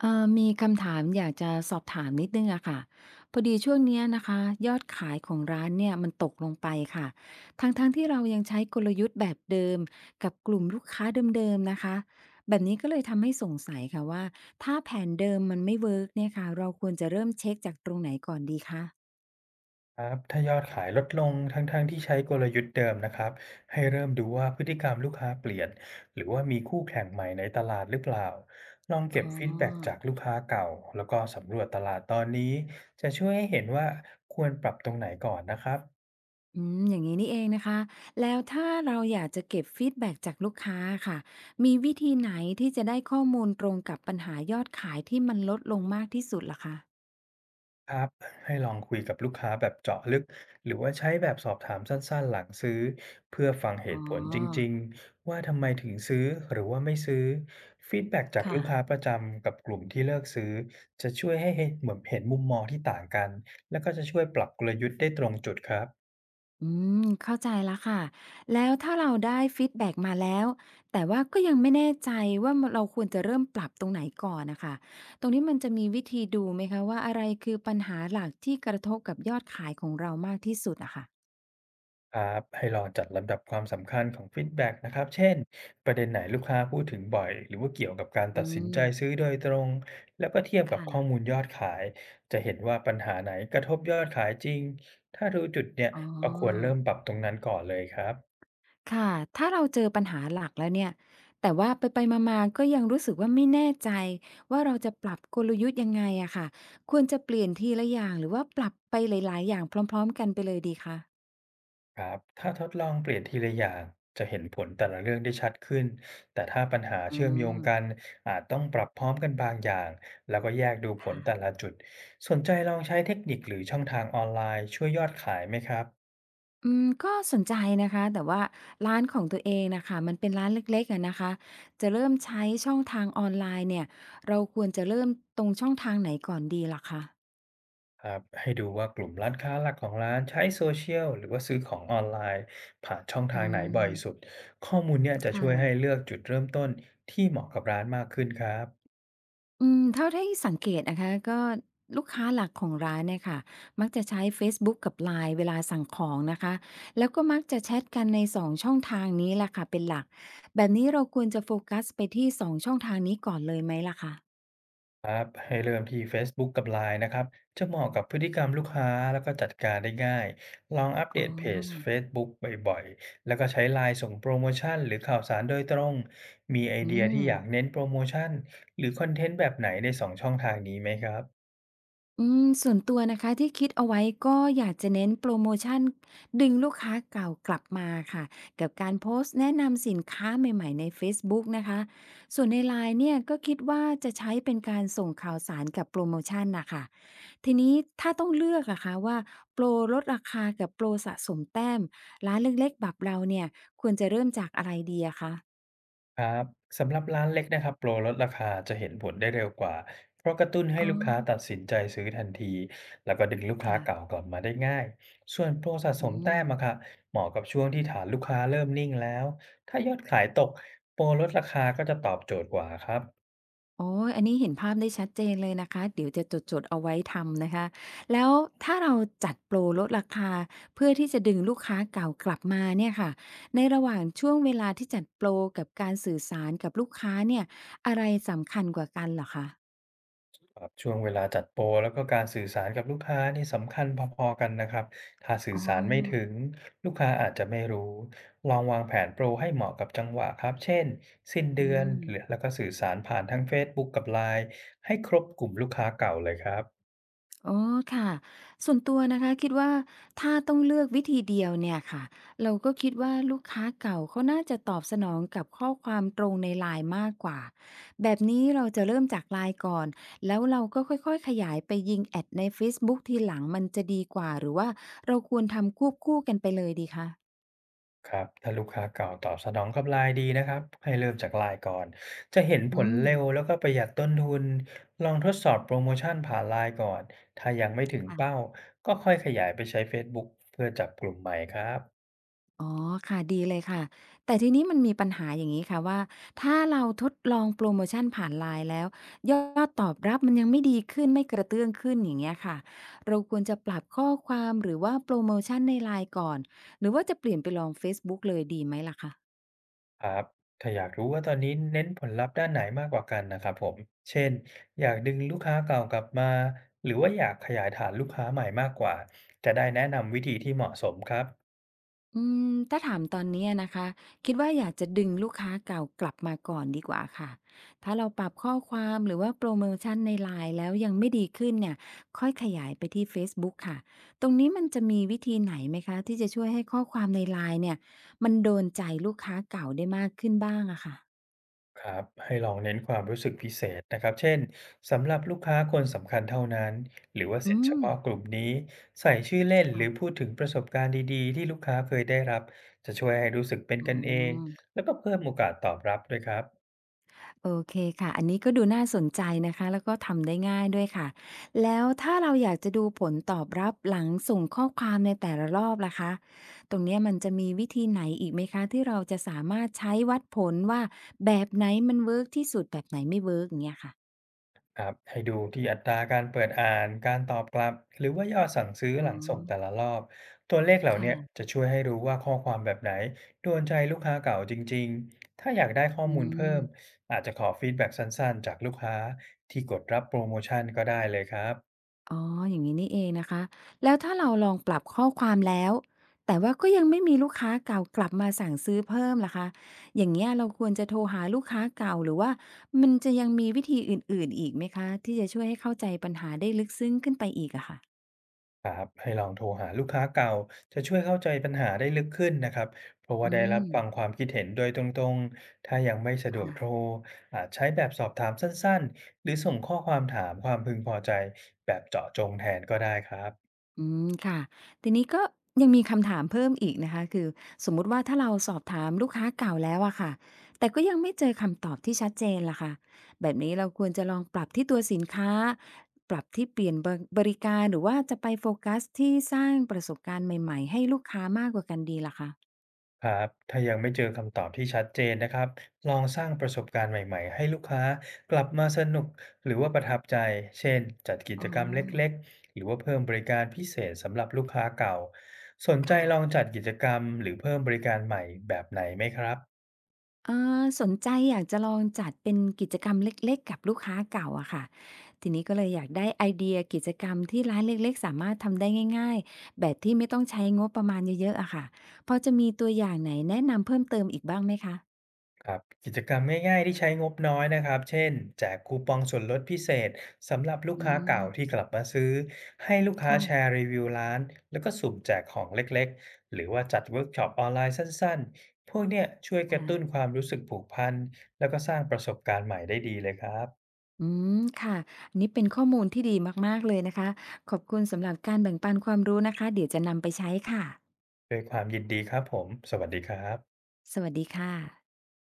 มีคำถามอยากจะสอบถามนิดหนึ่งอะค่ะพอดีช่วงเนี้ยนะคะยอดขายของร้านเนี่ยมันตกลงไปค่ะทั้งๆทที่เรายังใช้กลยุทธ์แบบเดิมกับกลุ่มลูกค้าเดิมๆนะคะแบบนี้ก็เลยทำให้สงสัยค่ะว่าถ้าแผนเดิมมันไม่เวิร์กเนี่ยค่ะเราควรจะเริ่มเช็คจากตรงไหนก่อนดีคะครับถ้ายอดขายลดลงทั้งๆที่ใช้กลยุทธ์เดิมนะครับให้เริ่มดูว่าพฤติกรรมลูกค้าเปลี่ยนหรือว่ามีคู่แข่งใหม่ในตลาดหรือเปล่าลองเก็บอ๋อ ฟีดแบ็กจากลูกค้าเก่าแล้วก็สำรวจตลาดตอนนี้จะช่วยให้เห็นว่าควรปรับตรงไหนก่อนนะครับ อืมอย่างนี้นี่เองนะคะแล้วถ้าเราอยากจะเก็บฟีดแบ็กจากลูกค้าค่ะมีวิธีไหนที่จะได้ข้อมูลตรงกับปัญหายอดขายที่มันลดลงมากที่สุดล่ะคะครับให้ลองคุยกับลูกค้าแบบเจาะลึกหรือว่าใช้แบบสอบถามสั้นๆหลังซื้อเพื่อฟังเหอ๋อตุผลจริงๆว่าทำไมถึงซื้อหรือว่าไม่ซื้อฟีดแบ็กจากลูกค้าค่ะประจำกับกลุ่มที่เลิกซื้อจะช่วยให้เห็นเหมือนเห็นมุมมองที่ต่างกันแล้วก็จะช่วยปรับกลยุทธ์ได้ตรงจุดครับ อืมเข้าใจแล้วค่ะแล้วถ้าเราได้ฟีดแบ็กมาแล้วแต่ว่าก็ยังไม่แน่ใจว่าเราควรจะเริ่มปรับตรงไหนก่อนนะคะตรงนี้มันจะมีวิธีดูไหมคะว่าอะไรคือปัญหาหลักที่กระทบกับยอดขายของเรามากที่สุดอะค่ะครับให้ลองจัดลำดับความสำคัญของฟีดแบ็กนะครับเช่น ประเด็นไหนลูกค้าพูดถึงบ่อยหรือว่าเกี่ยวกับการอืตัดสินมใจซื้อโดยตรง แล้วก็เทียบกับข้อมูค่ะลยอดขาย จะเห็นว่าปัญหาไหนกระทบยอดขายจริง ถ้ารู้จุดเนี่ยอ๋ก็ควรเริ่อ มปรับตรงนั้นก่อนเลยครับ ค่ะถ้าเราเจอปัญหาหลักแล้วเนี่ยแต่ว่าไปๆมาๆก็ยังรู้สึกว่าไม่แน่ใจว่าเราจะปรับกลยุทธ์ยังไงอะค่ะควรจะเปลี่ยนทีละอย่างหรือว่าปรับไปหลายๆอย่างพร้อมๆกันไปเลยดีคะครับถ้าทดลองเปลี่ยนทีละอย่างจะเห็นผลแต่ละเรื่องได้ชัดขึ้นแต่ถ้าปัญหาอืเชื่อมโยงกันมอาจต้องปรับพร้อมกันบางอย่างแล้วก็แยกดูผลค่ะแต่ละจุดสนใจลองใช้เทคนิคหรือช่องทางออนไลน์ช่วยยอดขายไหมครับอืมก็สนใจนะคะแต่ว่าร้านของตัวเองน่ะค่ะมันเป็นร้านเล็กๆอะนะคะจะเริ่มใช้ช่องทางออนไลน์เนี่ยเราควรจะเริ่มตรงช่องทางไหนก่อนดีล่ะคะครับให้ดูว่ากลุ่มร้านค้าหลักของร้านใช้โซเชียลหรือว่าซื้อของออนไลน์ผ่านช่องอืทางไหนบ่มอยสุดข้อมูลเนี่ยจะช่วยให้ค่ะ เลือกจุดเริ่มต้นที่เหมาะกับร้านมากขึ้นครับ อืมเท่าที่สังเกตนะคะก็ลูกค้าหลักของร้านเนี่ยค่ะมักจะใช้ Facebook กกับ LINE เวลาสั่งของนะคะแล้วก็มักจะแชทกันในสองช่องทางนี้แหละค่ะเป็นหลักแบบนี้เราควรจะโฟกัสไปที่สองช่องทางนี้ก่อนเลยไหมล่ะคะครับให้เริ่มที่ Facebook กกับ LINE นนะครับจะเหมาะกับพฤติกรรมลูกค้าแล้วก็จัดการได้ง่ายลองอัปเดอ๋ตเพจ อ Facebook บกบ่อยๆแล้วก็ใช้ LINE ส่งโปรโมชั่นหรือข่าวสารโดยตรงมีไออืเดียม ที่อยากเน้นโปรโมชั่นหรือคอนเทนต์แบบไหนในสองช่องทางนี้ไหมครับ อืมส่วนตัวนะคะที่คิดเอาไว้ก็อยากจะเน้นโปรโมชั่นดึงลูกค้าเก่ากลับมาค่ะกับการโพสต์แนะนำสินค้าใหม่ๆในเฟซบุ๊กนะคะส่วนในไลน์เนี่ยก็คิดว่าจะใช้เป็นการส่งข่าวสารกับโปรโมชั่นนะคะทีนี้ถ้าต้องเลือกอะคะว่าโปรลดราคากับโปรสะสมแต้มร้านเล็กๆแบบเราเนี่ยควรจะเริ่มจากอะไรดีอะคะครับสำหรับร้านเล็กนะครับโปรลดราคาจะเห็นผลได้เร็วกว่าเพราะกระตุ้นให้อ๋อลูกค้าตัดสินใจซื้อทันทีแล้วก็ดึงลูกค้าค่ะเก่ากลับมาได้ง่ายส่วนโปรสะสอืมม แต้มอะค่ะเหมาะกับช่วงที่ฐานลูกค้าเริ่มนิ่งแล้วถ้ายอดขายตกโปรลดราคาก็จะตอบโจทย์กว่าครับ โอ้ยอันนี้เห็นภาพได้ชัดเจนเลยนะคะ เดี๋ยวจะจดๆเอาไว้ทำนะคะ แล้วถ้าเราจัดโปรลดราคาเพื่อที่จะดึงลูกค้าเก่ากลับมาเนี่ยค่ะ ในระหว่างช่วงเวลาที่จัดโปรกับการสื่อสารกับลูกค้าเนี่ย อะไรสำคัญกว่ากันเหรอคะครับช่วงเวลาจัดโปรแล้วก็การสื่อสารกับลูกค้านี่สำคัญพอๆกันนะครับถ้าสื่ออ๋อสารไม่ถึงลูกค้าอาจจะไม่รู้ลองวางแผนโปรให้เหมาะกับจังหวะครับเช่นสิ้นอืเดือนม หรือแล้วก็สื่อสารผ่านทั้งเฟซบุ๊กกับไลน์ให้ครบกลุ่มลูกค้าเก่าเลยครับ อ๋อค่ะส่วนตัวนะคะคิดว่าถ้าต้องเลือกวิธีเดียวเนี่ยค่ะเราก็คิดว่าลูกค้าเก่าเขาน่าจะตอบสนองกับข้อความตรงในไลน์มากกว่าแบบนี้เราจะเริ่มจากไลน์ก่อนแล้วเราก็ค่อยๆขยายไปยิงแอดในเฟซบุ๊กทีหลังมันจะดีกว่าหรือว่าเราควรทำควบคู่กันไปเลยดีคะครับถ้าลูกค้าเก่าตอบสนองกับไลน์ ดีนะครับให้เริ่มจากไลน์ก่อนจะเห็นผอืลมเร็วแล้วก็ประหยัดต้นทุนลองทดสอบโปรโมชั่นผ่านไลน์ก่อนถ้ายังไม่ถึงเป้าค่ะ ก็ค่อยขยายไปใช้ Facebook เพื่อจับกลุ่มใหม่ครับอ๋อค่ะดีเลยค่ะแต่ทีนี้มันมีปัญหาอย่างนี้ค่ะว่าถ้าเราทดลองโปรโมชั่นผ่านไลน์แล้วยอดตอบรับมันยังไม่ดีขึ้นไม่กระเตื้องขึ้นอย่างเงี้ยค่ะเราควรจะปรับข้อความหรือว่าโปรโมชั่นในไลน์ก่อนหรือว่าจะเปลี่ยนไปลองเฟซบุ๊กเลยดีไหมล่ะคะ ครับถ้าอยากรู้ว่าตอนนี้เน้นผลลัพธ์ด้านไหนมากกว่ากันนะครับผมเช่นอยากดึงลูกค้าเก่ากลับมาหรือว่าอยากขยายฐานลูกค้าใหม่มากกว่าจะได้แนะนำวิธีที่เหมาะสมครับ อืมถ้าถามตอนเนี้ยนะคะคิดว่าอยากจะดึงลูกค้าเก่ากลับมาก่อนดีกว่าค่ะถ้าเราปรับข้อความหรือว่าโปรโมชั่นในไลน์แล้วยังไม่ดีขึ้นเนี่ยค่อยขยายไปที่ Facebook ค่ะตรงนี้มันจะมีวิธีไหนไหมคะที่จะช่วยให้ข้อความในไลน์เนี่ยมันโดนใจลูกค้าเก่าได้มากขึ้นบ้างอะค่ะครับให้ลองเน้นความรู้สึกพิเศษนะครับเช่นสำหรับลูกค้าคนสำคัญเท่านั้นหรือว่าสิอืทธิ์เฉมพาะกลุ่มนี้ใส่ชื่อเล่นหรือพูค่ะดถึงประสบการณ์ดีๆที่ลูกค้าเคยได้รับจะช่วยให้รู้สึกเป็นอ๋อ กันเองแล้วก็เพิ่มโอกาสตอบรับด้วยครับ โอเคค่ะอันนี้ก็ดูน่าสนใจนะคะแล้วก็ทำได้ง่ายด้วยค่ะแล้วถ้าเราอยากจะดูผลตอบรับหลังส่งข้อความในแต่ละรอบล่ะคะตรงเนี้ยมันจะมีวิธีไหนอีกไหมคะที่เราจะสามารถใช้วัดผลว่าแบบไหนมันเวิร์กที่สุดแบบไหนไม่เวิร์กอย่างเงี้ยค่ะครับให้ดูที่อัตราการเปิดอ่านการตอบกลับหรือว่ายอดสั่งซื้ออ๋หอลังส่งแต่ละรอบตัวเลขเหล่าเนี้ยค่ะจะช่วยให้รู้ว่าข้อความแบบไหนโดนใจลูกค้าเก่าจริงๆถ้าอยากได้ข้ออืมูลเพิ่มม อาจจะขอฟีดแบ็กสั้นๆจากลูกค้าที่กดรับโปรโมชั่นก็ได้เลยครับ อ๋ออย่างนี้นี่เองนะคะแล้วถ้าเราลองปรับข้อความแล้วแต่ว่าก็ยังไม่มีลูกค้าเก่ากลับมาสั่งซื้อเพิ่มล่ะคะอย่างเงี้ยเราควรจะโทรหาลูกค้าเก่าหรือว่ามันจะยังมีวิธีอื่นๆอีกไหมคะที่จะช่วยให้เข้าใจปัญหาได้ลึกซึ้งขึ้นไปอีกอะค่ะครับให้ลองโทรหาลูกค้าเก่าจะช่วยเข้าใจปัญหาได้ลึกขึ้นนะครับเพราะว่าอืได้รับมฟังความคิดเห็นโดยตรงๆถ้ายังไม่สะดวค่ะ กโทรอาจใช้แบบสอบถามสั้นๆหรือส่งข้อความถามความพึงพอใจแบบเจาะจงแทนก็ได้ครับ อืมค่ะทีนี้ก็ยังมีคำถามเพิ่มอีกนะคะคือสมมุติว่าถ้าเราสอบถามลูกค้าเก่าแล้วอะค่ะแต่ก็ยังไม่เจอคำตอบที่ชัดเจนล่ะค่ะแบบนี้เราควรจะลองปรับที่ตัวสินค้าปรับที่เปลี่ยนบริบริการหรือว่าจะไปโฟกัสที่สร้างประสบการณ์ใหม่ๆให้ลูกค้ามากกว่ากันดีล่ะคะครับถ้ายังไม่เจอคำตอบที่ชัดเจนนะครับ ลองสร้างประสบการณ์ใหม่ๆให้ลูกค้ากลับมาสนุกหรือว่าประทับใจเช่นจัดกิอ๋จกรรมเล็กอๆหรือว่าเพิ่มบริการพิเศษสำหรับลูกค้าเก่าสนใจลองค่ะ จัดกิจกรรมหรือเพิ่มบริการใหม่แบบไหนไหมครับ เอ่สนใจอยากจะลองจัดเป็นกิจกรรมเล็กๆกับลูกค้าเก่าอะค่ะทีนี้ก็เลยอยากได้ไอเดียกิจกรรมที่ร้านเล็กๆสามารถทำได้ง่ายๆแบบที่ไม่ต้องใช้งบประมาณเยอะๆอะค่ะพอจะมีตัวอย่างไหนแนะนำเพิ่มเติมอีกบ้างไหมคะครับกิจกรรมง่ายๆที่ใช้งบน้อยนะครับ เช่นแจกคูปองส่วนลดพิเศษสำหรับลูกอืค้ามเก่าที่กลับมาซื้อให้ลูกค้าแชร์ค่ะรีวิวร้านแล้วก็สุ่มแจกของเล็กๆหรือว่าจัดเวิร์กช็อปออนไลน์สั้นๆพวกเนี้ยช่วยกระตุ้นคค่ะวามรู้สึกผูกพันแล้วก็สร้างประสบการณ์ใหม่ได้ดีเลยครับอืมค่ะอันนี้เป็นข้อมูลที่ดีมากๆเลยนะคะขอบคุณสำหรับการแบ่งปันความรู้นะคะเดี๋ยวจะนำไปใช้ค่ะด้วยความยินดีครับผมสวัสดีครับสวัสดีค่ะ